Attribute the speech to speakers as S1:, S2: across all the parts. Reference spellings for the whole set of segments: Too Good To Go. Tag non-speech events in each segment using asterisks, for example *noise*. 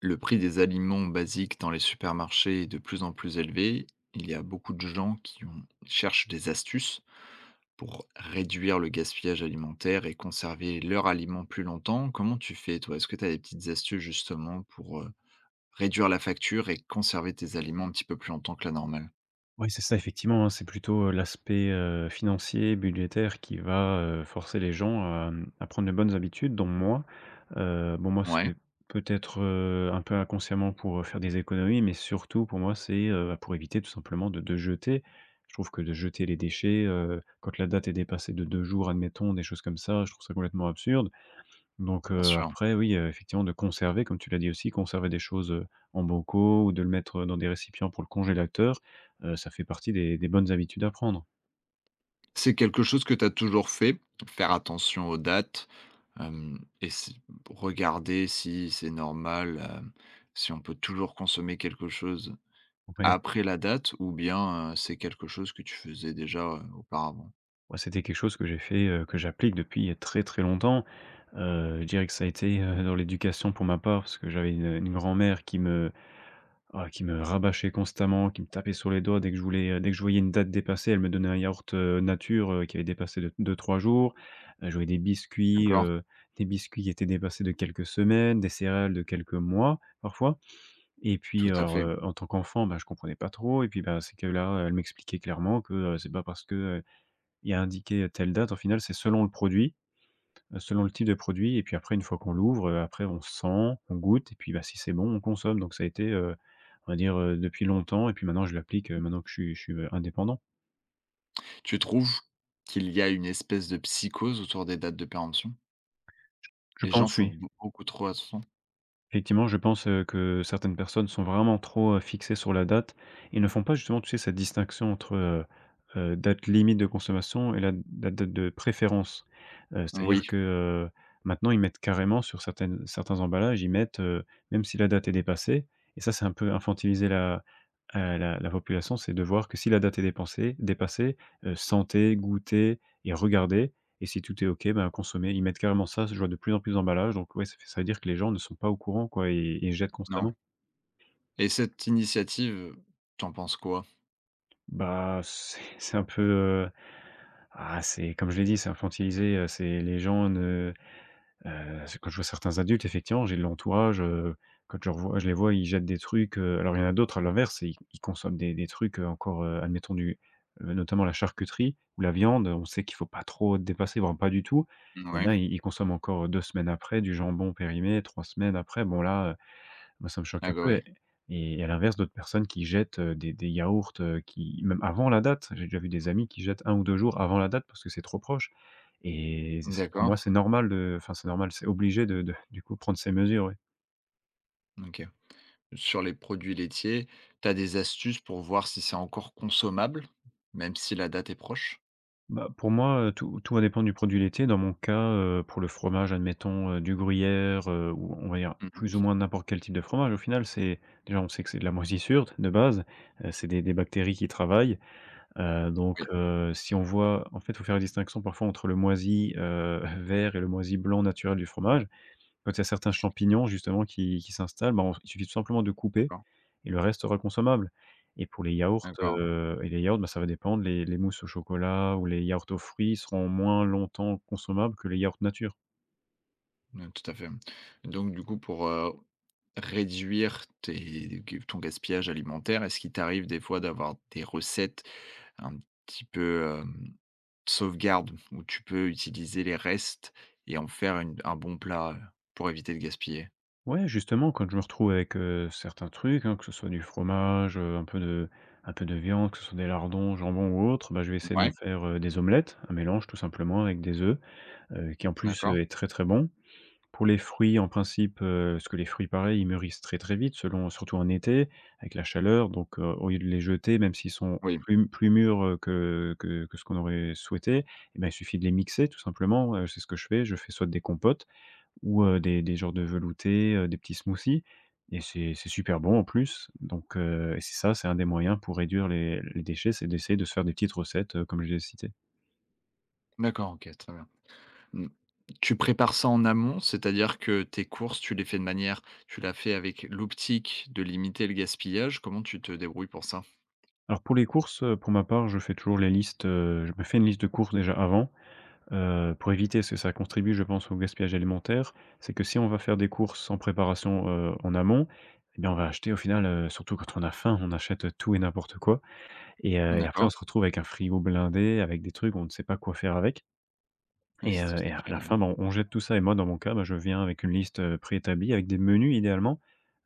S1: Le prix des aliments basiques dans les supermarchés est de plus en plus élevé. Il y a beaucoup de gens qui cherchent des astuces pour réduire le gaspillage alimentaire et conserver leurs aliments plus longtemps. Comment tu fais, toi? Est-ce que tu as des petites astuces justement pour réduire la facture et conserver tes aliments un petit peu plus longtemps que la normale?
S2: Oui, c'est ça, effectivement, hein, c'est plutôt, l'aspect, financier, budgétaire qui va, forcer les gens à prendre les bonnes habitudes, dont moi. Bon, moi,
S1: Ouais,
S2: c'est peut-être, un peu inconsciemment pour, faire des économies, mais surtout pour moi, c'est, bah, pour éviter tout simplement de jeter. Je trouve que de jeter les déchets, quand la date est dépassée de 2 jours, admettons, des choses comme ça, je trouve ça complètement absurde. Donc
S1: bien sûr.
S2: après oui, effectivement de conserver comme tu l'as dit aussi, conserver des choses, en bocaux ou de le mettre, dans des récipients pour le congélateur, ça fait partie des bonnes habitudes à prendre.
S1: C'est quelque chose que tu as toujours fait, faire attention aux dates, et regarder si c'est normal, si on peut toujours consommer quelque chose
S2: Ouais,
S1: après la date? Ou bien, c'est quelque chose que tu faisais déjà, auparavant?
S2: moi c'était quelque chose que j'ai fait, que j'applique depuis très, très longtemps. Je dirais que ça a été, dans l'éducation pour ma part parce que j'avais une grand-mère qui me Ah, qui me rabâchait constamment, qui me tapait sur les doigts dès que je voulais, dès que je voyais une date dépassée, elle me donnait un yaourt, nature, qui avait dépassé de deux trois jours. Je voyais des biscuits,
S1: D'accord.
S2: heu, des biscuits qui étaient dépassés de quelques semaines, des céréales de quelques mois, parfois. Et puis,
S1: Tout à
S2: alors,
S1: fait.
S2: en tant qu'enfant, bah, je comprenais pas trop et puis, bah, c'est que là, elle m'expliquait clairement que, c'est pas parce que, il y a indiqué telle date, au final, c'est selon le produit. Selon le type de produit et puis après une fois qu'on l'ouvre, après on sent, on goûte et puis, bah, si c'est bon, on consomme donc ça a été, on va dire, depuis longtemps et puis maintenant je l'applique, maintenant que je suis, indépendant.
S1: Tu trouves qu'il y a une espèce de psychose autour des dates de péremption?
S2: Je
S1: Les gens
S2: pense oui.
S1: font beaucoup trop attention?
S2: Effectivement, je pense, que certaines personnes sont vraiment trop, fixées sur la date et ne font pas justement, tu sais, cette distinction entre, date limite de consommation et la date de préférence. C'est-à-dire
S1: Oui,
S2: que, maintenant ils mettent carrément sur certaines certains emballages, ils mettent, même si la date est dépassée et ça c'est un peu infantiliser la population, c'est de voir que si la date est dépensée dépassée, sentez, goûtez et regardez et si tout est OK, ben, consommer. Ils mettent carrément ça, je vois de plus en plus d'emballages donc ouais, ça veut dire que les gens ne sont pas au courant, quoi et jettent
S1: non,
S2: constamment.
S1: et cette initiative, t'en penses quoi?
S2: Bah, c'est un peu, ah, c'est comme je l'ai dit, c'est infantilisé, c'est les gens ne c'est quand je vois certains adultes, effectivement, j'ai de l'entourage, quand je les vois, ils jettent des trucs, alors il y en a d'autres à l'inverse, ils consomment des trucs, encore, admettons du notamment la charcuterie ou la viande, on sait qu'il faut pas trop dépasser, voire pas du tout. Il y en
S1: Oui,
S2: a, ils consomment encore, 2 semaines après du jambon périmé, 3 semaines après, bon là, moi, ça me choque un
S1: d'accord,
S2: peu et
S1: oui.
S2: et à l'inverse, d'autres personnes qui jettent, des yaourts, qui même avant la date. J'ai déjà vu des amis qui jettent un ou 2 jours avant la date parce que c'est trop proche et c'est pour
S1: D'accord,
S2: moi, c'est normal de enfin, c'est normal, c'est obligé de du coup, prendre ces mesures, ouais.
S1: OK. Sur les produits laitiers, t'as des astuces pour voir si c'est encore consommable, même si la date est proche?
S2: Bah, pour moi, tout va dépendre du produit laitier. Dans mon cas, pour le fromage, admettons, du gruyère, ou on va dire plus
S1: Mmh.
S2: ou moins n'importe quel type de fromage. Au final, c'est déjà, on sait que c'est de la moisissure de base, c'est des bactéries qui travaillent. Donc
S1: Oui,
S2: si on voit en fait, il faut faire la distinction parfois entre le moisi, *laughs* vert et le moisi blanc naturel du fromage. Quand il y a certains champignons justement qui s'installent, bah, on il suffit tout simplement de couper
S1: d'accord,
S2: et le reste sera consommable et pour
S1: d'accord.
S2: et les yaourts, bah, ça va dépendre, les mousses au chocolat ou les yaourts aux fruits seront moins longtemps consommables que les yaourts nature.
S1: Mmh, tout à fait. Donc du coup pour, réduire tes ton gaspillage alimentaire, est-ce qu'il t'arrive des fois d'avoir des recettes un petit peu, sauvegarde où tu peux utiliser les restes et en faire une un bon plat, pour éviter de gaspiller?
S2: Ouais, justement, quand je me retrouve avec, certains trucs, hein, que ce soit du fromage, un peu de viande, que ce soit des lardons, jambon ou autre, bah, je vais essayer de me
S1: Ouais,
S2: faire, des omelettes, un mélange tout simplement avec des œufs, qui en plus,
S1: d'accord.
S2: est très, très bon. Pour les fruits, en principe, parce que les fruits pareil, ils mûrissent très, très vite selon surtout en été avec la chaleur donc, au lieu de les jeter, même s'ils sont
S1: Oui,
S2: plus mûrs, que ce qu'on aurait souhaité, et bah, il suffit de les mixer tout simplement, c'est ce que je fais. Je fais soit des compotes, ou des genres de veloutés, des petits smoothies et c'est super bon en plus donc et c'est ça, c'est un des moyens pour réduire les déchets, c'est d'essayer de se faire des petites recettes, comme je les ai.
S1: d'accord, OK, très bien. Mmh. Tu prépares ça en amont, c'est-à-dire que tes courses, tu les fais de manière, tu la fait avec l'optique de limiter le gaspillage? Comment tu te débrouilles pour ça?
S2: Alors pour les courses, pour ma part, je fais toujours les listes, je me fais une liste de courses déjà avant, pour éviter parce que ça contribue, je pense, au gaspillage alimentaire. C'est que si on va faire des courses en préparation, en amont eh bien on va acheter au final, surtout quand on a faim, on achète, tout et n'importe quoi et après on
S1: D'accord.
S2: se retrouve avec un frigo blindé, avec des trucs, on ne sait pas quoi faire avec.
S1: Ouais, c'est tout
S2: Et
S1: à
S2: à la
S1: fait, ouais.
S2: fin, ben, on jette tout ça et moi, dans mon cas, bah, je viens avec une liste, préétablie avec des menus idéalement.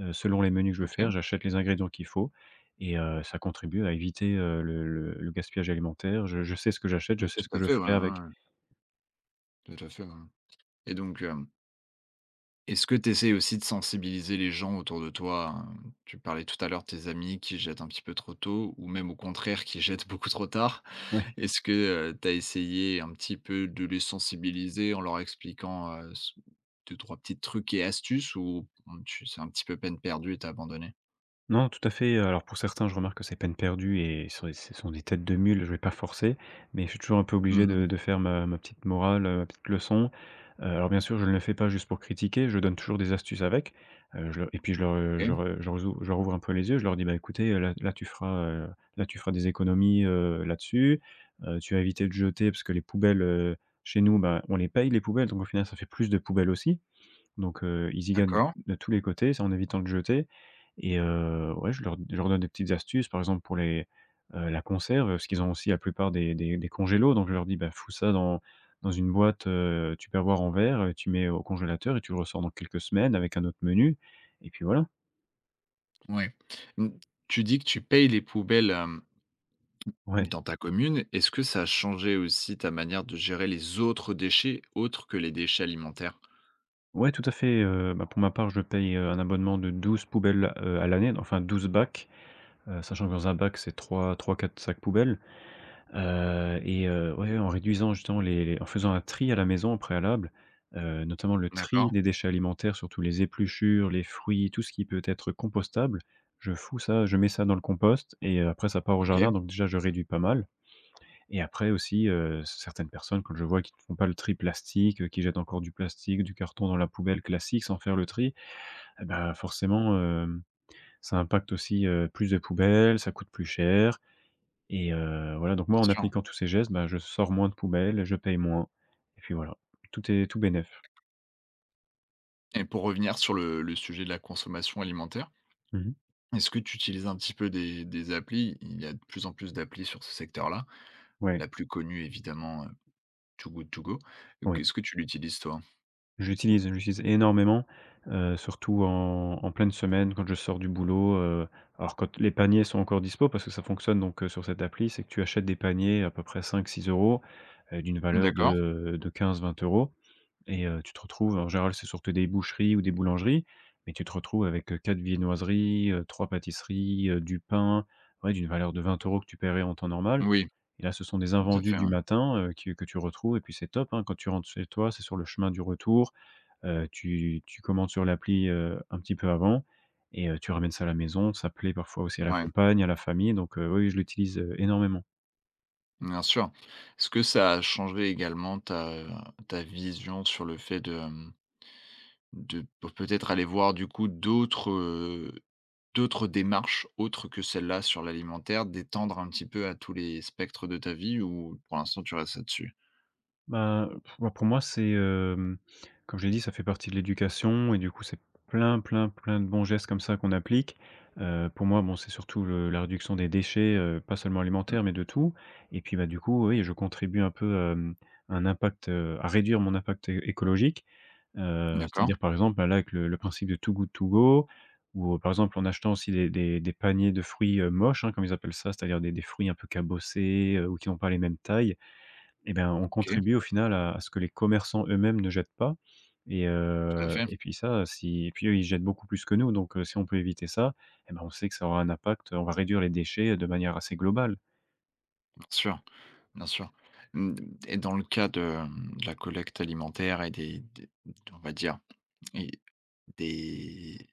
S2: Selon les menus que je veux
S1: OK.
S2: faire, j'achète les ingrédients qu'il faut et ça contribue à éviter, le gaspillage alimentaire. Je sais ce que j'achète, je
S1: Ouais,
S2: sais ce
S1: tout
S2: que
S1: à
S2: je
S1: fait, ouais, ouais,
S2: ferai avec.
S1: ouais, tout à fait, ouais. Et donc, est-ce que tu essaies aussi de sensibiliser les gens autour de toi? Tu parlais tout à l'heure de tes amis qui jettent un petit peu trop tôt ou même au contraire qui *laughs* jettent beaucoup trop tard.
S2: Ouais.
S1: Est-ce que, tu as essayé un petit peu de les sensibiliser en leur expliquant, s 2-3 petits trucs et astuces? Ou mmh, tu c'est un petit peu peine perdue et tu abandonné?
S2: Non, tout à fait, alors pour certains, je remarque que c'est peine perdue et ce sont des têtes de mule, je vais pas forcer, mais je suis toujours un peu obligé
S1: Mmh.
S2: de faire ma petite morale, ma petite leçon. Alors bien sûr, je ne le fais pas juste pour critiquer, je donne toujours des astuces avec, je le et puis je leur, je
S1: OK,
S2: re je rezou je rouvre un peu les yeux, je leur dis : « Bah, écoutez, là tu feras des économies, là-dessus, tu vas éviter de jeter » parce que les poubelles, chez nous, bah, on les paye les poubelles, donc au final ça fait plus de poubelles aussi. Donc ils y gagnent
S1: d'accord.
S2: de tous les côtés, c'est en évitant de jeter et ouais, je leur donne des petites astuces, par exemple pour les, la conserve, parce qu'ils ont aussi la plupart des congélos, donc je leur dis : « Bah, fous ça dans une boîte, tupperware en verre, tu mets au congélateur et tu le ressors dans quelques semaines avec un autre menu » et puis voilà.
S1: Ouais. Mmh, tu dis que tu payes les poubelles.
S2: Ouais.
S1: Dans ta commune, est-ce que ça a changé aussi ta manière de gérer les autres déchets, autres que les déchets alimentaires?
S2: Ouais, tout à fait, bah, pour ma part, je paye, un abonnement de 12 poubelles, à l'année, enfin 12 bacs, sachant que dans un bac, c'est trois 3 4 sacs poubelles. Et ouais, en réduisant justement les en faisant un tri à la maison en préalable, notamment le tri
S1: D'accord,
S2: des déchets alimentaires, surtout les épluchures, les fruits, tout ce qui peut être compostable. Je fous ça, je mets ça dans le compost et après ça part au
S1: OK,
S2: jardin, donc déjà je réduis pas mal et après aussi, certaines personnes quand je vois qui ne font pas le tri plastique, qui jettent encore du plastique, du carton dans la poubelle classique sans faire le tri, et bah, forcément, ça impacte aussi, plus de poubelles, ça coûte plus cher et voilà, donc moi,
S1: bien
S2: en
S1: sûr.
S2: appliquant tous ces gestes, bah, je sors moins de poubelles, je paye moins et puis voilà. Tout est tout bénef.
S1: Et pour revenir sur le sujet de la consommation alimentaire,
S2: Mmh.
S1: est-ce que tu utilises un petit peu des applis? Il y a de plus en plus d'applis sur ce secteur-là.
S2: Ouais,
S1: La plus connue évidemment, Too Good To Go.
S2: oui.
S1: Est-ce que tu l'utilises, toi?
S2: J'utilise énormément, surtout en pleine semaine quand je sors du boulot, alors quand les paniers sont encore dispo parce que ça fonctionne donc sur cette appli, c'est que tu achètes des paniers à peu près 5, 6 euros, d'une valeur
S1: D'accord,
S2: de 15, 20 euros. Et tu te retrouves en général, c'est surtout des boucheries ou des boulangeries, mais tu te retrouves avec 4 viennoiseries, 3 pâtisseries, du pain, ouais, d'une valeur de 20 euros que tu paierais en temps normal.
S1: oui.
S2: Et là, ce sont des
S1: Tout à
S2: invendus
S1: fait,
S2: du
S1: ouais.
S2: matin, que tu retrouves et puis c'est top, hein, quand tu rentres chez toi, c'est sur le chemin du retour, tu commandes sur l'appli, un petit peu avant et tu ramènes ça à la maison. Ça plaît parfois aussi à la
S1: Ouais,
S2: compagne, à la famille, donc oui, oui, je l'utilise, énormément.
S1: bien sûr. Est-ce que ça a changé également ta ta vision sur le fait de, de pe peut-être aller voir du coup d'autres, d'autres démarches autres que celle-là sur l'alimentaire, d'étendre un petit peu à tous les spectres de ta vie, ou pour l'instant tu restes là-dessus?
S2: Ben, pff, bah, pour moi, c'est, comme j'ai dit, ça fait partie de l'éducation et du coup, c'est plein, plein, plein de bons gestes comme ça qu'on applique. Pour moi, bon, c'est surtout le la réduction des déchets, pas seulement
S1: Mmh,
S2: alimentaires, mais de tout. Et puis, bah, du coup, oui, je contribue un peu, hem, à un impact, à réduire mon impact é écologique.
S1: d'accord,
S2: C'est-à-dire, par exemple, bah, là, avec le principe de Too Good To Go ou, par exemple, en achetant aussi des paniers de fruits, moches, hein, comme ils appellent ça, c'est-à-dire des fruits un peu cabossés, ou qui n'ont pas les mêmes tailles. Eh ben, on
S1: OK,
S2: contribue au final à ce que les commerçants eux-mêmes ne jettent pas, et
S1: tout à fait,
S2: heu
S1: bien
S2: et puis ça, si et puis eux, ils jettent beaucoup plus que nous, donc si on peut éviter ça, eh ben, on sait que ça aura un impact, on va réduire les déchets de manière assez globale.
S1: sûr, bien sûr. Mmh, et dans le cas de, de la collecte alimentaire et des on va dire, et des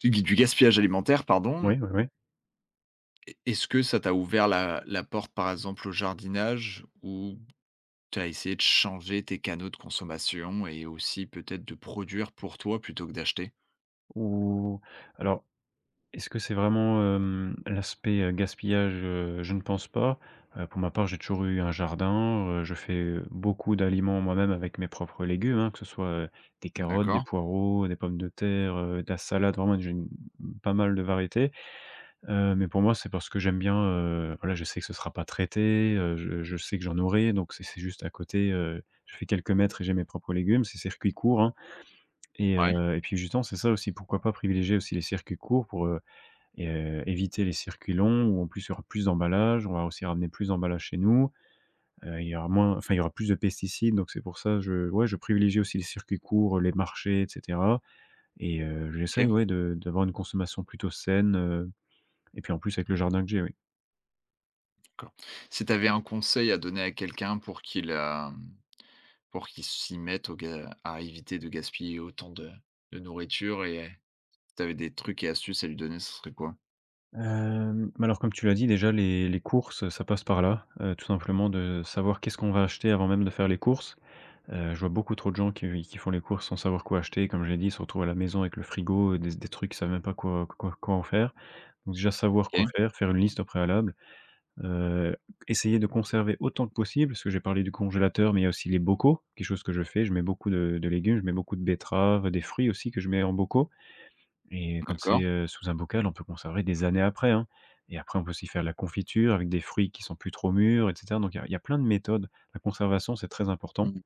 S1: du gaspillage alimentaire, pardon.
S2: Oui, oui, oui.
S1: E Est-ce que ça t'a ouvert la porte, par exemple, au jardinage? Ou tu as essayé de changer tes canaux de consommation et aussi peut-être de produire pour toi plutôt que d'acheter?
S2: Ou alors, est-ce que c'est vraiment, hem, l'aspect, gaspillage? Je ne pense pas. Pour ma part, j'ai toujours eu un jardin, je fais beaucoup d'aliments moi-même avec mes propres légumes, hein, que ce soit, des carottes, des
S1: D'accord.
S2: poireaux, des pommes de terre, de la salade, vraiment j'ai une pas mal de variétés. Mais pour moi, c'est parce que j'aime bien, voilà, je sais que ce sera pas traité, je sais que j'en aurai, donc c'est juste à côté, je fais quelques mètres et j'ai mes propres légumes, c'est circuit court, hein. et
S1: Ouais,
S2: heu et puis justement, c'est ça aussi, pourquoi pas privilégier aussi les circuits courts pour, et éviter les circuits longs où en plus, il y aura plus d'emballages, on va aussi ramener plus d'emballages chez nous, il y aura moins enfin, il y aura plus de pesticides, donc c'est pour ça, je ouais, je privilégie aussi les circuits courts, les marchés et cetera. Et
S1: OK,
S2: j'essaye, ouais, de d'avoir une consommation plutôt saine, et puis en plus avec le jardin que j'ai, oui.
S1: d'accord. Si tu avais un conseil à donner à quelqu'un pour qu'il, pour qu'il s'y mette au ga à éviter de gaspiller autant de nourriture, et si tu avais des trucs et astuces à lui donner, ce serait quoi?
S2: Hem, bah, alors comme tu l'as dit déjà les courses, ça passe par là, tout simplement de savoir qu'est-ce qu'on va acheter avant même de faire les courses. Je vois beaucoup trop de gens qui font les courses sans savoir quoi acheter. Comme je l'ai dit, ils se retrouvent à la maison avec le frigo, des trucs, ils savent même pas quoi en faire. Donc déjà savoir quoi
S1: OK,
S2: faire, faire une liste au préalable, heu, essayer de conserver autant que possible, parce que j'ai parlé du congélateur, mais il y a aussi les bocaux, quelque chose que je fais. Je mets beaucoup de légumes, je mets beaucoup de betteraves, des fruits aussi que je mets en bocaux. Et quand c'est,
S1: d'accord.
S2: heu, sous un bocal, on peut conserver des années après, hein. Et après on peut aussi faire de la confiture avec des fruits qui sont plus trop mûrs et cetera. Donc il y a plein de méthodes. La conservation, c'est très important,
S1: Mmh,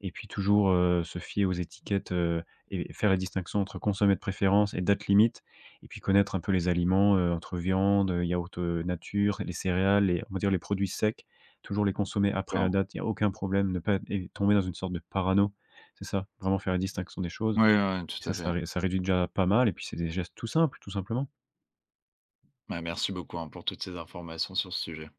S2: et puis toujours, se fier aux étiquettes, et faire la distinction entre consommer de préférence et date limite, et puis connaître un peu les aliments, entre viande, yaourt, nature, les céréales, les on va dire les produits secs, toujours les consommer après la
S1: d'accord.
S2: date. Il y a aucun problème, ne pas et tomber dans une sorte de parano, c'est ça, vraiment faire la distinction des
S1: Ouais,
S2: choses.
S1: ouais, ouais,
S2: Et
S1: tout
S2: Ça,
S1: à
S2: ça
S1: fait.
S2: ré ça réduit déjà pas mal et puis c'est des gestes tout simples, tout simplement.
S1: Bah, merci beaucoup, hein, pour toutes ces informations sur ce sujet.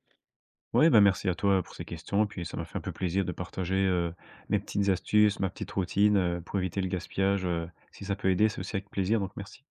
S2: Ouais, bah, merci à toi pour ces questions, puis ça m'a fait un peu plaisir de partager, mes petites astuces, ma petite routine, pour éviter le gaspillage. Si ça peut aider, c'est aussi avec plaisir, donc merci.